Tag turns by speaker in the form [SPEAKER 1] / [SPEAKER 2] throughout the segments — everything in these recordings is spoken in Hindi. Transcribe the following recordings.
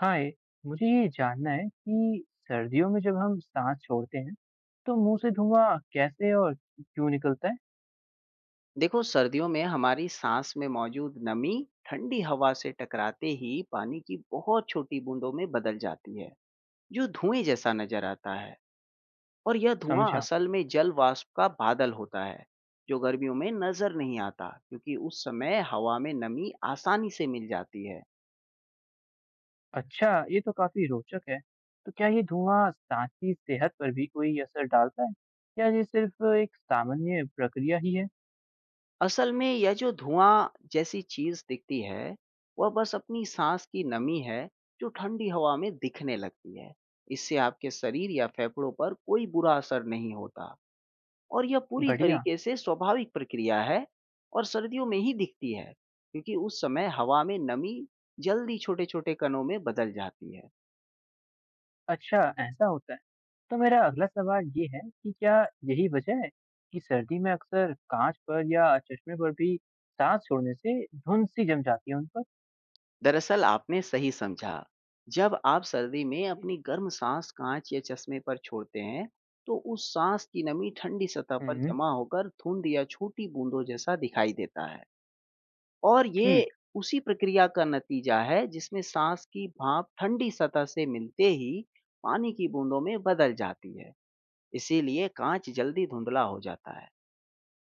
[SPEAKER 1] हाय, मुझे ये जानना है कि सर्दियों में जब हम साँस छोड़ते हैं, तो मुँह से धुआँ कैसे और क्यों निकलता है?
[SPEAKER 2] देखो, सर्दियों में हमारी सांस में मौजूद नमी ठंडी हवा से टकराते ही पानी की बहुत छोटी बूंदों में बदल जाती है, जो धुएं जैसा नजर आता है। और यह धुआं
[SPEAKER 1] समझा।
[SPEAKER 2] असल में जल वाष्प का बादल होता है, जो गर्मियों में नजर नहीं आता क्योंकि उस समय हवा में नमी आसानी से मिल जाती है।
[SPEAKER 1] अच्छा, ये तो काफ़ी रोचक है। तो क्या ये धुआँ साँस की सेहत पर भी कोई असर डालता है, या ये सिर्फ़ एक सामान्य प्रक्रिया ही है?
[SPEAKER 2] असल में यह जो धुआं जैसी चीज दिखती है, वह बस अपनी सांस की नमी है, जो ठंडी हवा में दिखने लगती है। इससे आपके शरीर या फेफड़ों पर कोई बुरा असर नहीं होता और यह पूरी
[SPEAKER 1] बढ़िया।
[SPEAKER 2] तरीके से स्वाभाविक प्रक्रिया है। और सर्दियों में ही दिखती है क्योंकि उस समय हवा में नमी जल्दी छोटे छोटे कणों में बदल जाती है।
[SPEAKER 1] अच्छा, ऐसा होता है। तो मेरा अगला सवाल ये है कि क्या यही वजह है कि सर्दी में अक्सर काँच पर या चश्मे पर भी साँस छोड़ने से धुंध-सी जम जाती है उन पर?
[SPEAKER 2] दरअसल आपने सही समझा। जब आप सर्दी में अपनी गर्म साँस काँच या चश्मे पर छोड़ते हैं, तो उस साँस की नमी ठंडी सतह पर
[SPEAKER 1] हुँ,
[SPEAKER 2] जमा होकर धुंध या छोटी बूंदों जैसा दिखाई देता है। और ये
[SPEAKER 1] ठीक।
[SPEAKER 2] उसी प्रक्रिया का नतीजा है जिसमें साँस की भाप ठंडी सतह से मिलते ही पानी की बूंदों में बदल जाती है। इसीलिए काँच जल्दी धुंधला हो जाता है।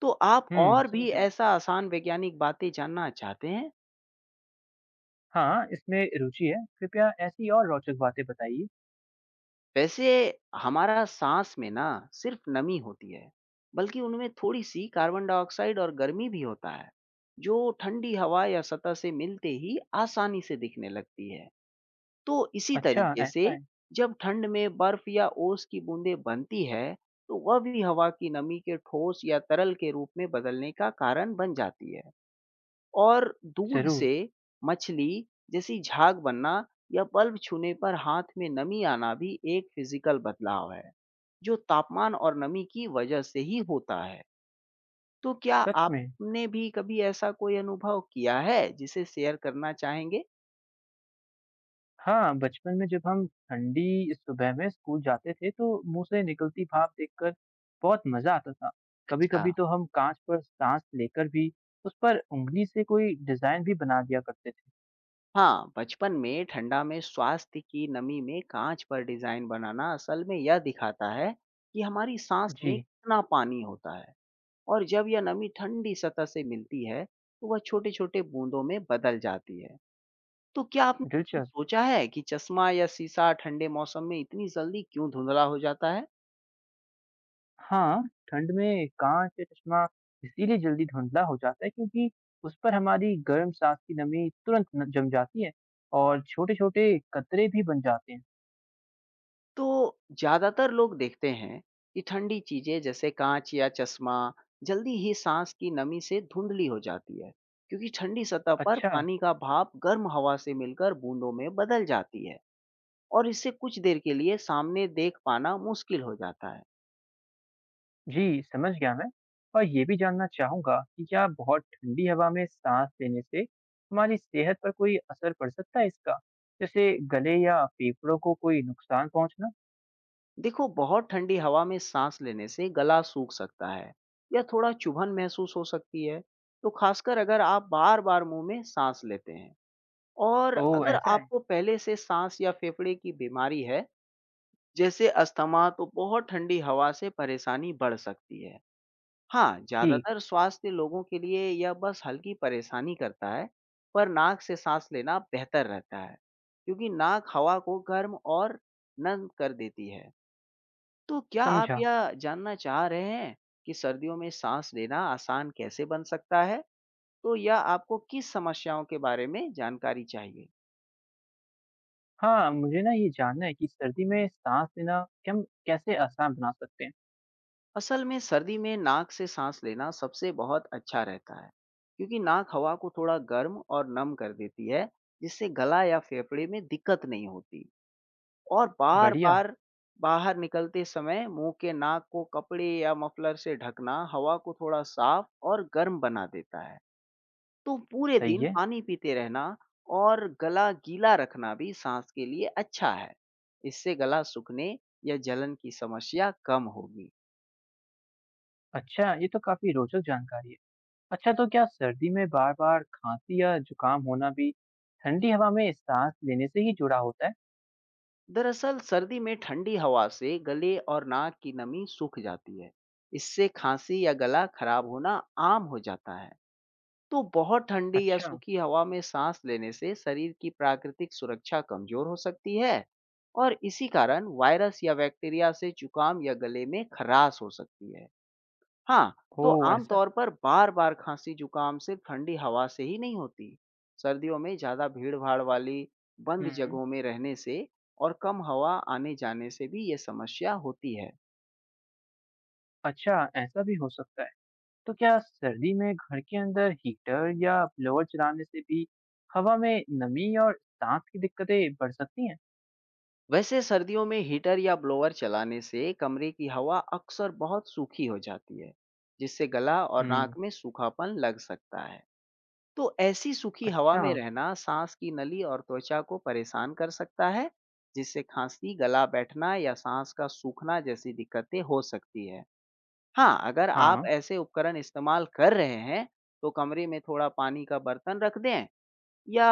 [SPEAKER 2] तो आप
[SPEAKER 1] हुँ,
[SPEAKER 2] और भी
[SPEAKER 1] समझा।
[SPEAKER 2] ऐसा आसान वैज्ञानिक बातें जानना चाहते हैं?
[SPEAKER 1] हाँ, इसमें रुचि है। कृपया ऐसी और रोचक बातें बताइए।
[SPEAKER 2] वैसे हमारा सांस में ना सिर्फ नमी होती है, बल्कि उनमें थोड़ी सी कार्बन डाइऑक्साइड और गर्मी भी होता है, जो ठंडी हवा या सतह से मिलते ही आसानी से दिखने लगती है। तो इसी
[SPEAKER 1] अच्छा,
[SPEAKER 2] तरीके से
[SPEAKER 1] ऐसा है?
[SPEAKER 2] जब ठंड में बर्फ या ओस की बूंदें बनती है, तो वह भी हवा की नमी के ठोस या तरल के रूप में बदलने का कारण बन जाती है। और दूध
[SPEAKER 1] ज़रूर,
[SPEAKER 2] से मछली जैसी झाग बनना या बल्ब छूने पर हाथ में नमी आना भी एक फिजिकल बदलाव है, जो तापमान और नमी की वजह से ही होता है। तो क्या
[SPEAKER 1] सच में।
[SPEAKER 2] आपने भी कभी ऐसा कोई अनुभव किया है, जिसे शेयर करना चाहेंगे?
[SPEAKER 1] हाँ, बचपन में जब हम ठंडी सुबह में स्कूल जाते थे, तो मुँह से निकलती भाप देखकर बहुत मज़ा आता था।
[SPEAKER 2] अच्छा।
[SPEAKER 1] कभी-कभी तो हम काँच पर साँस लेकर भी उस पर उँगली से कोई डिज़ाइन भी बना दिया करते थे।
[SPEAKER 2] हाँ, बचपन में ठंडा में स्वास्थ्य की नमी में काँच पर डिज़ाइन बनाना असल में यह दिखाता है कि हमारी साँस में
[SPEAKER 1] जी,
[SPEAKER 2] कितना पानी होता है। और जब यह नमी ठंडी सतह से मिलती है, तो वह छोटे-छोटे बूंदों में बदल जाती है। तो क्या आपने
[SPEAKER 1] दिलचस्प।
[SPEAKER 2] सोचा है कि चश्मा या शीशा ठंडे मौसम में इतनी जल्दी क्यों धुंधला हो जाता है?
[SPEAKER 1] हाँ, ठंड में काँच या चश्मा इसीलिए जल्दी धुंधला हो जाता है क्योंकि उस पर हमारी गर्म सांस की नमी तुरंत न जम जाती है और छोटे-छोटे कतरे भी बन जाते हैं।
[SPEAKER 2] तो ज़्यादातर लोग देखते हैं कि ठंडी चीज़ें जैसे काँच या चश्मा जल्दी ही साँस की नमी से धुंधली हो जाती है, क्योंकि ठंडी सतह पर
[SPEAKER 1] अच्छा,
[SPEAKER 2] पानी का भाप गर्म हवा से मिलकर बूंदों में बदल जाती है, और इससे कुछ देर के लिए सामने देख पाना मुश्किल हो जाता है।
[SPEAKER 1] जी समझ गया मैं और ये भी जानना चाहूँगा कि क्या बहुत ठंडी हवा में साँस लेने से हमारी सेहत पर कोई असर पड़ सकता है इसका? जैसे गले या फेफड़ों को कोई नुकसान पहुँचना?
[SPEAKER 2] देखो, बहुत ठंडी हवा में सांस लेने से गला सूख सकता है या थोड़ा चुभन महसूस हो सकती है, तो खासकर अगर आप बार बार मुंह में सांस लेते हैं। और
[SPEAKER 1] ओह!
[SPEAKER 2] अगर
[SPEAKER 1] ऐसा है?
[SPEAKER 2] आपको पहले से सांस या फेफड़े की बीमारी है, जैसे अस्थमा, तो बहुत ठंडी हवा से परेशानी बढ़ सकती है। हाँ,
[SPEAKER 1] ठीक,
[SPEAKER 2] ज्यादातर स्वास्थ्य लोगों के लिए यह बस हल्की परेशानी करता है, पर नाक से सांस लेना बेहतर रहता है, क्योंकि नाक हवा को गर्म और नम कर देती है। तो क्या आप
[SPEAKER 1] समझा।
[SPEAKER 2] यह जानना चाह रहे हैं कि सर्दियों में साँस लेना आसान कैसे बन सकता है? तो या आपको किस समस्याओं के बारे में जानकारी चाहिए?
[SPEAKER 1] हाँ, मुझे ना ये जानना है कि सर्दी में साँस लेना क्या हम कैसे आसान बना सकते हैं?
[SPEAKER 2] असल में सर्दी में नाक से साँस लेना सबसे बहुत अच्छा रहता है, क्योंकि नाक हवा को थोड़ा गर्म और नम कर देती है, जिससे गला या फेफड़े में दिक्कत नहीं होती। और
[SPEAKER 1] बढ़िया,
[SPEAKER 2] बार-बार बाहर निकलते समय मुँह के नाक को कपड़े या मफलर से ढकना हवा को थोड़ा साफ और गर्म बना देता है। तो पूरे
[SPEAKER 1] सही
[SPEAKER 2] दिन
[SPEAKER 1] है।
[SPEAKER 2] पानी पीते रहना और गला गीला रखना भी सांस के लिए अच्छा है। इससे गला सूखने या जलन की समस्या कम होगी।
[SPEAKER 1] अच्छा, ये तो काफ़ी रोचक जानकारी है। अच्छा, तो क्या सर्दी में बार-बार खाँसी या ज़ुकाम होना भी ठंडी हवा में साँस लेने से ही जुड़ा होता है?
[SPEAKER 2] दरअसल सर्दी में ठंडी हवा से गले और नाक की नमी सूख जाती है। इससे खांसी या गला खराब होना आम हो जाता है। तो बहुत ठंडी या
[SPEAKER 1] अच्छा,
[SPEAKER 2] सूखी हवा में सांस लेने से शरीर की प्राकृतिक सुरक्षा कमजोर हो सकती है, और इसी कारण वायरस या बैक्टीरिया से जुकाम या गले में खराश हो सकती है। हाँ, तो
[SPEAKER 1] ओह!
[SPEAKER 2] आम
[SPEAKER 1] ऐसा है।
[SPEAKER 2] तौर पर बार-बार खाँसी-जुकाम सिर्फ ठंडी हवा से ही नहीं होती। सर्दियों में ज़्यादा भीड़-भाड़ वाली बंद
[SPEAKER 1] हुँ।
[SPEAKER 2] जगहों में रहने से और कम हवा आने-जाने से भी ये समस्या होती है।
[SPEAKER 1] अच्छा, ऐसा भी हो सकता है। तो क्या सर्दी में घर के अंदर हीटर या ब्लोअर चलाने से भी हवा में नमी और साँस की दिक्कतें बढ़ सकती हैं?
[SPEAKER 2] वैसे सर्दियों में हीटर या ब्लोअर चलाने से कमरे की हवा अक्सर बहुत सूखी हो जाती है, जिससे गला और
[SPEAKER 1] हुँ,
[SPEAKER 2] नाक में सूखापन लग सकता है। तो ऐसी सूखी हवा
[SPEAKER 1] अच्छा।
[SPEAKER 2] में रहना सांस की नली और त्वचा को परेशान कर सकता है, जिससे खांसी, गला बैठना या सांस का सूखना जैसी दिक्कतें हो सकती है। हाँ, अगर आप
[SPEAKER 1] हाँ,
[SPEAKER 2] ऐसे उपकरण इस्तेमाल कर रहे हैं, तो कमरे में थोड़ा पानी का बर्तन रख दें या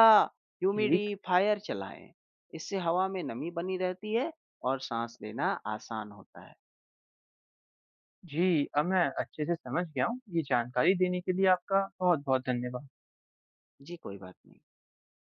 [SPEAKER 1] ठीक।
[SPEAKER 2] ह्यूमिडिफायर चलाएं। इससे हवा में नमी बनी रहती है और सांस लेना आसान होता है।
[SPEAKER 1] जी, अब मैं अच्छे से समझ गया हूँ। ये जानकारी देने के लिए आपका बहुत-बहुत धन्यवाद।
[SPEAKER 2] जी, कोई बात नहीं।